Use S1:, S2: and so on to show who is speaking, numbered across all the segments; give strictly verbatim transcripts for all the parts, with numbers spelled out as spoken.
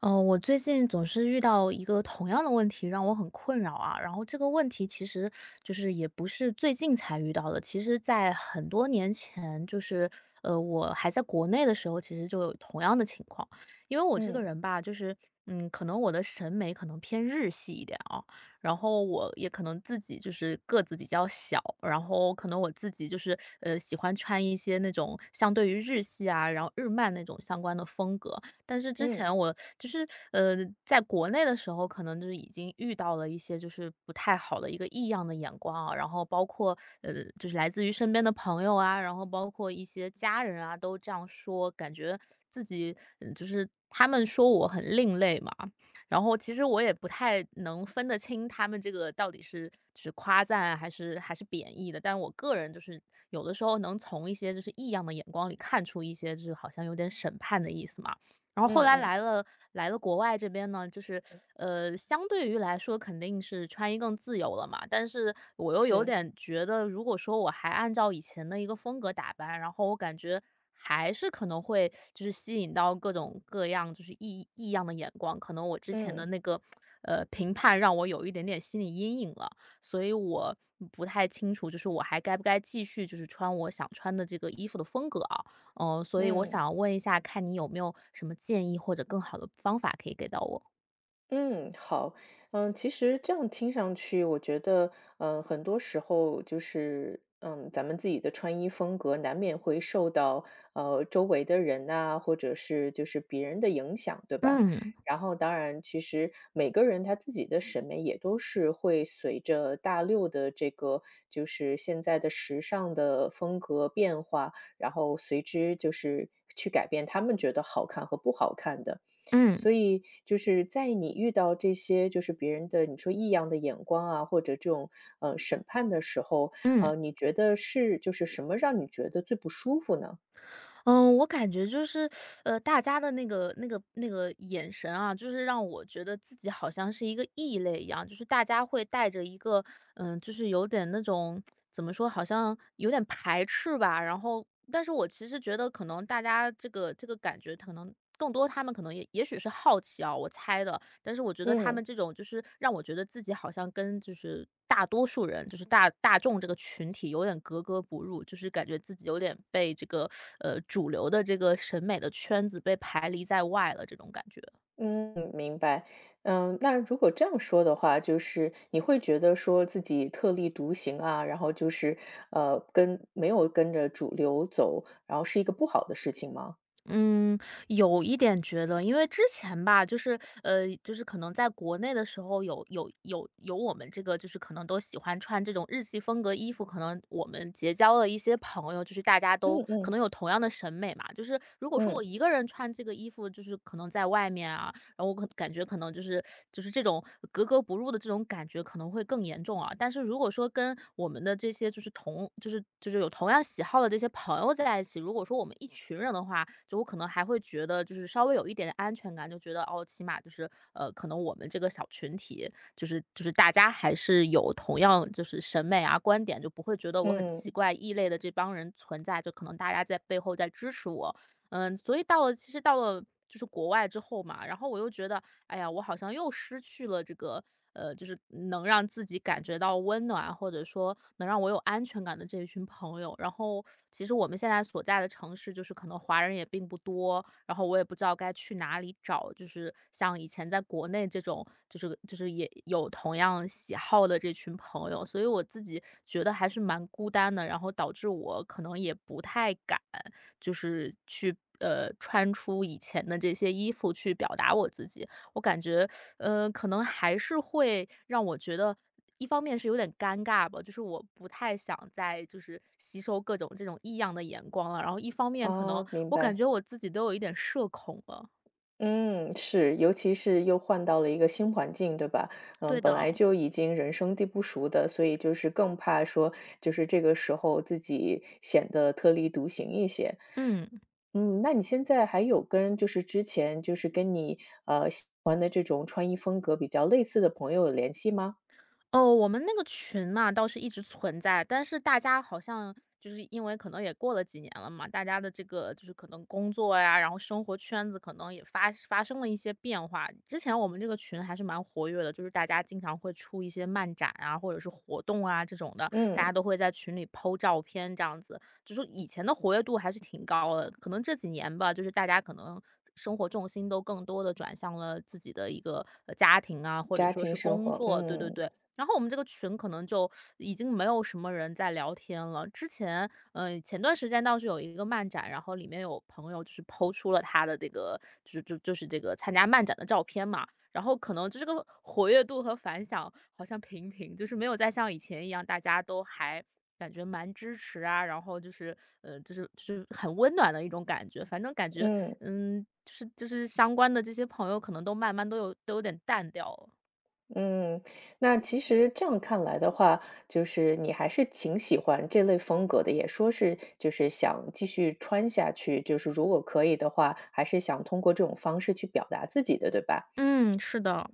S1: 嗯，我最近总是遇到一个同样的问题，让我很困扰啊。然后这个问题其实就是也不是最近才遇到的，其实在很多年前，就是呃，我还在国内的时候，其实就有同样的情况。因为我这个
S2: 嗯
S1: 人吧，就是嗯，可能我的审美可能偏日系一点啊，然后我也可能自己就是个子比较小，然后可能我自己就是呃喜欢穿一些那种相对于日系啊，然后日漫那种相关的风格。但是之
S2: 嗯
S1: 前我就是呃，在国内的时候，可能就是已经遇到了一些就是不太好的一个异样的眼光啊，然后包括呃，就是来自于身边的朋友啊，然后包括一些家人啊，都这样说，感觉自己嗯就是他们说我很另类嘛，然后其实我也不太能分得清他们这个到底是就是夸赞啊还是还是贬义的，但我个人就是有的时候能从一些就是异样的眼光里看出一些就是好像有点审判的意思嘛。然后后
S2: 嗯
S1: 来
S2: 嗯，
S1: 来了来了国外这边呢，就是呃，相对于来说肯定是穿衣更自由了嘛，但是我又有
S2: 是，
S1: 点觉得，如果说我还按照以前的一个风格打扮，然后我感觉还是可能会就是吸引到各种各样就是异异样的眼光，可能我之前
S2: 嗯
S1: 的那个呃评判让我有一点点心理阴影了，所以我不太清楚，就是我还该不该继续就是穿我想穿的这个衣服的风格啊。嗯，所以我
S2: 嗯。
S1: 想问一下，看你有没有什么建议或者更好的方法可以给到我？
S2: 嗯，好，嗯，其实这样听上去，我觉得，嗯，很多时候就是，嗯，咱们自己的穿衣风格难免会受到，呃，周围的人呐、或者是就是别人的影响，对吧？
S1: 嗯
S2: 然后，当然，其实每个人他自己的审美也都是会随着大六的这个，就是现在的时尚的风格变化，然后随之就是去改变他们觉得好看和不好看的。
S1: 嗯。
S2: 所以就是在你遇到这些就是别人的你说异样的眼光啊，或者这种呃审判的时候，
S1: 嗯
S2: 呃，你觉得是就是什么让你觉得最不舒服呢？
S1: 嗯，我感觉就是，呃，大家的那个、那个、那个眼神啊，就是让我觉得自己好像是一个异类一样，就是大家会带着一个，嗯，就是有点那种怎么说，好像有点排斥吧。然后，但是我其实觉得，可能大家这个这个感觉，可能更多他们可能也也许是好奇啊，我猜的，但是我觉得他
S2: 嗯
S1: 们这种就是让我觉得自己好像跟就是大多数人，就是大大众这个群体有点格格不入，就是感觉自己有点被这个呃主流的这个审美的圈子被排离在外了这种感觉。
S2: 嗯，明白。嗯，那如果这样说的话，就是你会觉得说自己特立独行啊，然后就是呃跟没有跟着主流走，然后是一个不好的事情吗？
S1: 嗯，有一点觉得，因为之前吧，就是呃，就是可能在国内的时候有有有有我们这个就是可能都喜欢穿这种日系风格衣服，可能我们结交了一些朋友，就是大家
S2: 嗯
S1: 都可
S2: 嗯
S1: 能有同样的审美嘛。就是如果说
S2: 嗯
S1: 我一个人穿这个衣服，就是可能在外面啊，然后我可感觉可能就是就是这种格格不入的这种感觉可能会更严重啊。但是如果说跟我们的这些就是同就是就是有同样喜好的这些朋友在一起，如果说我们一群人的话，就我可能还会觉得就是稍微有一点点安全感，就觉得哦，起码就是呃，可能我们这个小群体就是就是大家还是有同样就是审美啊观点，就不会觉得我很奇
S2: 嗯，
S1: 怪异类的这帮人存在，就可能大家在背后在支持我，嗯，所以到了其实到了就是国外之后嘛，然后我又觉得，哎呀，我好像又失去了这个，呃，就是能让自己感觉到温暖，或者说能让我有安全感的这一群朋友。然后，其实我们现在所在的城市，就是可能华人也并不多，然后我也不知道该去哪里找，就是像以前在国内这种，就是就是也有同样喜好的这群朋友，所以我自己觉得还是蛮孤单的，然后导致我可能也不太敢。就是去呃穿出以前的这些衣服去表达我自己。我感觉，呃，可能还是会让我觉得，一方面是有点尴尬吧，就是我不太想再就是吸收各种这种异样的眼光了。然后一方面可能
S2: 啊，明
S1: 我感
S2: 白。
S1: 觉我自己都有一点社恐了。
S2: 嗯，是，尤其是又换到了一个新环境，对吧？嗯，
S1: 对
S2: 本
S1: 的，
S2: 来就已经人生地不熟的，所以就是更怕说，就是这个时候自己显得特立独行一些。
S1: 嗯。
S2: 嗯，那你现在还有跟就是之前就是跟你呃喜欢的这种穿衣风格比较类似的朋友有联系吗？
S1: 哦，我们那个群嘛，倒是一直存在，但是大家好像就是因为可能也过了几年了嘛，大家的这个就是可能工作呀，然后生活圈子可能也发发生了一些变化。之前我们这个群还是蛮活跃的，就是大家经常会出一些漫展啊，或者是活动啊这种的，大家
S2: 嗯，
S1: 都会在群里 po 照片这样子，就是说以前的活跃度还是挺高的。可能这几年吧，就是大家可能。生活重心都更多的转向了自己的一个呃家庭啊，或者
S2: 家
S1: 说是
S2: 庭生
S1: 工
S2: 活，
S1: 作，对对
S2: 嗯
S1: 对，然后我们这个群可能就已经没有什么人在聊天了。之前，嗯，前段时间倒是有一个漫展，然后里面有朋友就是抛出了他的这个，就是就就是这个参加漫展的照片嘛。然后可能就这个活跃度和反响好像平平，就是没有再像以前一样，大家都还感觉蛮支持啊，然后就是呃，就是就是很温暖的一种感觉。反正感觉，
S2: 嗯。
S1: 嗯，就是就是相关的这些朋友可能都慢慢都有都有点淡掉了。
S2: 嗯，那其实这样看来的话，就是你还是挺喜欢这类风格的，也说是就是想继续穿下去，就是如果可以的话，还是想通过这种方式去表达自己的，对吧？
S1: 嗯，是的。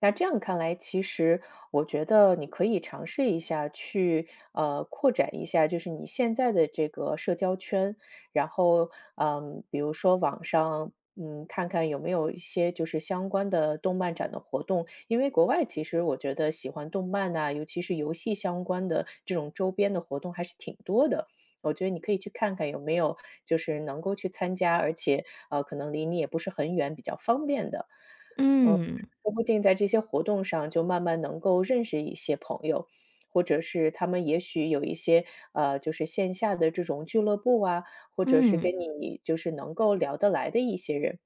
S2: 那这样看来，其实我觉得你可以尝试一下去，呃，扩展一下，就是你现在的这个社交圈，然后，嗯，比如说网上，嗯，看看有没有一些就是相关的动漫展的活动，因为国外其实我觉得喜欢动漫呐、尤其是游戏相关的这种周边的活动还是挺多的。我觉得你可以去看看有没有就是能够去参加，而且呃可能离你也不是很远，比较方便的。
S1: 嗯。
S2: 说不定在这些活动上就慢慢能够认识一些朋友，或者是他们也许有一些呃，就是线下的这种俱乐部啊，或者是
S1: 嗯。
S2: 跟你就是能够聊得来的一些人。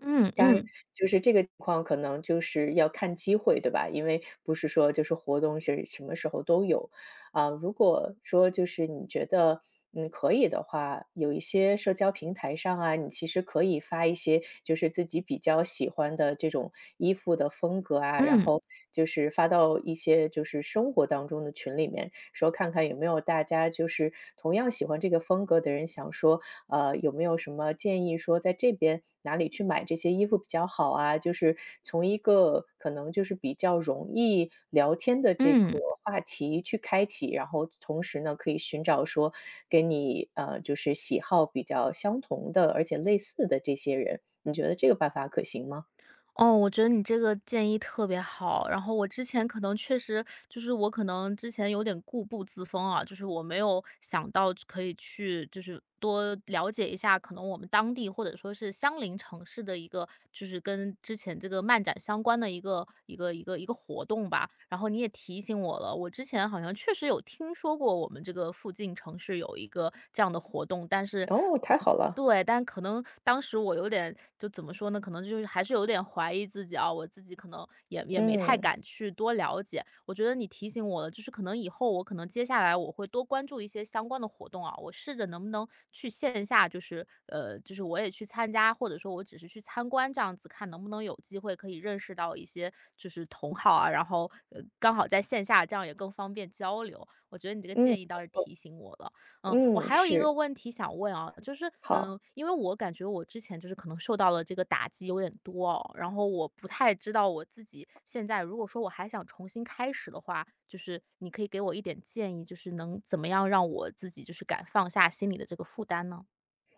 S1: 嗯
S2: 当然
S1: 嗯。
S2: 就是这个情况可能就是要看机会，对吧？因为不是说就是活动是什么时候都有。啊，如果说就是你觉得，嗯，可以的话，有一些社交平台上啊，你其实可以发一些就是自己比较喜欢的这种衣服的风格啊，然
S1: 嗯
S2: 后就是发到一些就是生活当中的群里面，说看看有没有大家就是同样喜欢这个风格的人，想说呃，有没有什么建议说在这边哪里去买这些衣服比较好啊？就是从一个可能就是比较容易聊天的这个
S1: 嗯。
S2: 话题去开启，然后同时呢，可以寻找说跟你呃就是喜好比较相同的，而且类似的这些人，你觉得这个办法可行吗？
S1: 哦，我觉得你这个建议特别好。然后我之前可能确实就是我可能之前有点固步自封啊，就是我没有想到可以去就是多了解一下可能我们当地或者说是相邻城市的一个就是跟之前这个漫展相关的一个一个一个一个活动吧。然后你也提醒我了，我之前好像确实有听说过我们这个附近城市有一个这样的活动，但是
S2: 哦，太好了，
S1: 对，但可能当时我有点就怎么说呢？可能就是还是有点怀疑自己啊，我自己可能也也没太
S2: 嗯
S1: 敢去多了解。我觉得你提醒我了，就是可能以后我可能接下来我会多关注一些相关的活动啊，我试着能不能去线下，就是呃，就是我也去参加，或者说我只是去参观这样子，看能不能有机会可以认识到一些就是同好啊，然后呃刚好在线下，这样也更方便交流。我觉得你这个
S2: 嗯
S1: 建议倒是提醒我了。嗯，我
S2: 嗯，
S1: 还有一
S2: 是，
S1: 个问题想问啊，就是，嗯，
S2: 好。
S1: 因为我感觉我之前就是可能受到了这个打击有点多哦，然后我不太知道我自己现在如果说我还想重新开始的话，就是你可以给我一点建议，就是能怎么样让我自己就是敢放下心里的这个负担呢？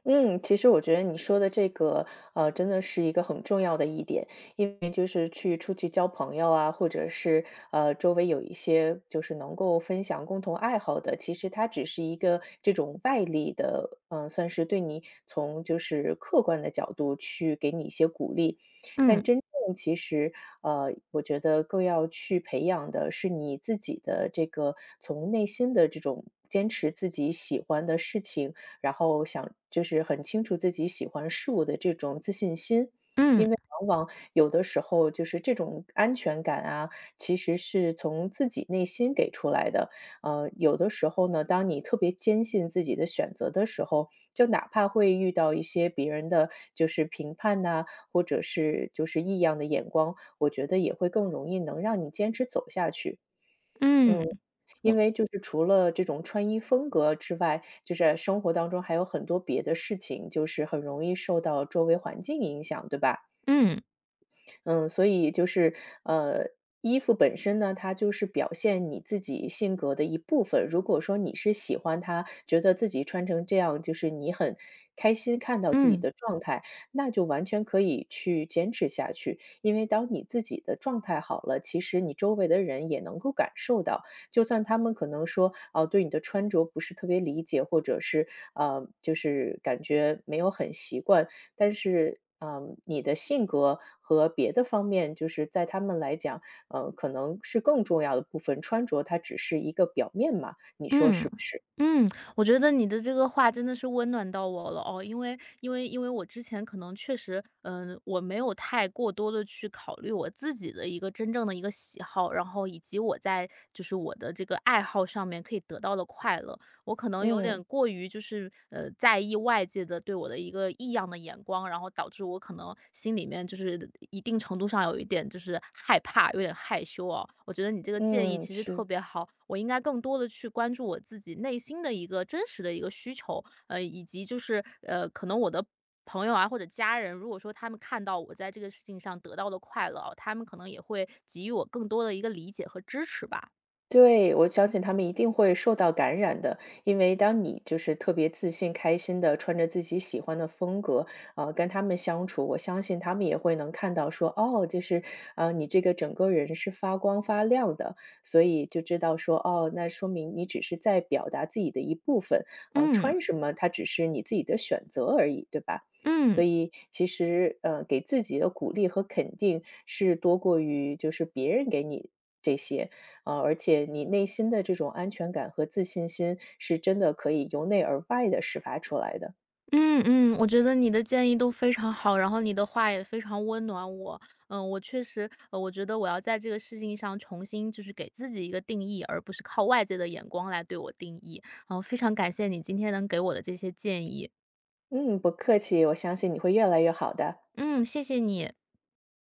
S2: 嗯，其实我觉得你说的这个，呃，真的是一个很重要的一点，因为就是去出去交朋友啊，或者是呃，周围有一些就是能够分享共同爱好的，其实它只是一个这种外力的，嗯、算是对你从就是客观的角度去给你一些鼓励，
S1: 嗯。
S2: 但真正其实，呃，我觉得更要去培养的是你自己的这个从内心的这种坚持自己喜欢的事情。然后想就是很清楚自己喜欢事物的这种自信心。
S1: 嗯。
S2: 因为往往有的时候就是这种安全感啊，其实是从自己内心给出来的。呃，有的时候呢，当你特别坚信自己的选择的时候，就哪怕会遇到一些别人的就是评判呐、或者是就是异样的眼光，我觉得也会更容易能让你坚持走下去。
S1: 嗯，
S2: 嗯。
S1: 我
S2: 因为就是除了这种穿衣风格之外，就是生活当中还有很多别的事情，就是很容易受到周围环境影响，对吧？
S1: 嗯。
S2: 嗯，所以就是，呃，衣服本身呢，它就是表现你自己性格的一部分。如果说你是喜欢它，觉得自己穿成这样，就是你很开心看到自己
S1: 嗯。
S2: 的状态，那就完全可以去坚持下去。因为当你自己的状态好了，其实你周围的人也能够感受到，就算他们可能说，哦、对你的穿着不是特别理解，或者是呃，就是感觉没有很习惯，但是，嗯，你的性格和别的方面，就是在他们来讲，呃，可能是更重要的部分。穿着它只是一个表面嘛，你说
S1: 嗯，
S2: 是不是？
S1: 嗯，我觉得你的这个话真的是温暖到我了哦，因为因为因为我之前可能确实，嗯，我没有太过多的去考虑我自己的一个真正的一个喜好，然后以及我在就是我的这个爱好上面可以得到的快乐。我可能有点
S2: 嗯
S1: 过于就是呃在意外界的对我的一个异样的眼光，然后导致我可能心里面就是一定程度上有一点就是害怕，有点害羞哦。我觉得你这个建议
S2: 嗯，
S1: 其实特
S2: 是。
S1: 别好，我应该更多的去关注我自己内心的一个真实的一个需求，呃，以及就是呃可能我的。朋友啊，或者家人，如果说他们看到我在这个事情上得到的快乐哦他们可能也会给予我更多的一个理解和支持吧。
S2: 对，我相信他们一定会受到感染的，因为当你就是特别自信、开心的穿着自己喜欢的风格，呃，跟他们相处，我相信他们也会能看到说，哦，就是，啊，你这个整个人是发光发亮的，所以就知道说，哦，那说明你只是在表达自己的一部分，啊、
S1: 嗯。
S2: 穿什么它只是你自己的选择而已，对吧？
S1: 嗯。
S2: 所以其实，呃，给自己的鼓励和肯定是多过于就是别人给你这些，啊，而且你内心的这种安全感和自信心是真的可以由内而外的释发出来的。
S1: 嗯嗯，我觉得你的建议都非常好，然后你的话也非常温暖我。嗯，我确实，呃，我觉得我要在这个事情上重新就是给自己一个定义，而不是靠外界的眼光来对我定义。然后非常感谢你今天能给我的这些建议，
S2: 嗯，不客气，我相信你会越来越好的。
S1: 嗯，谢谢你。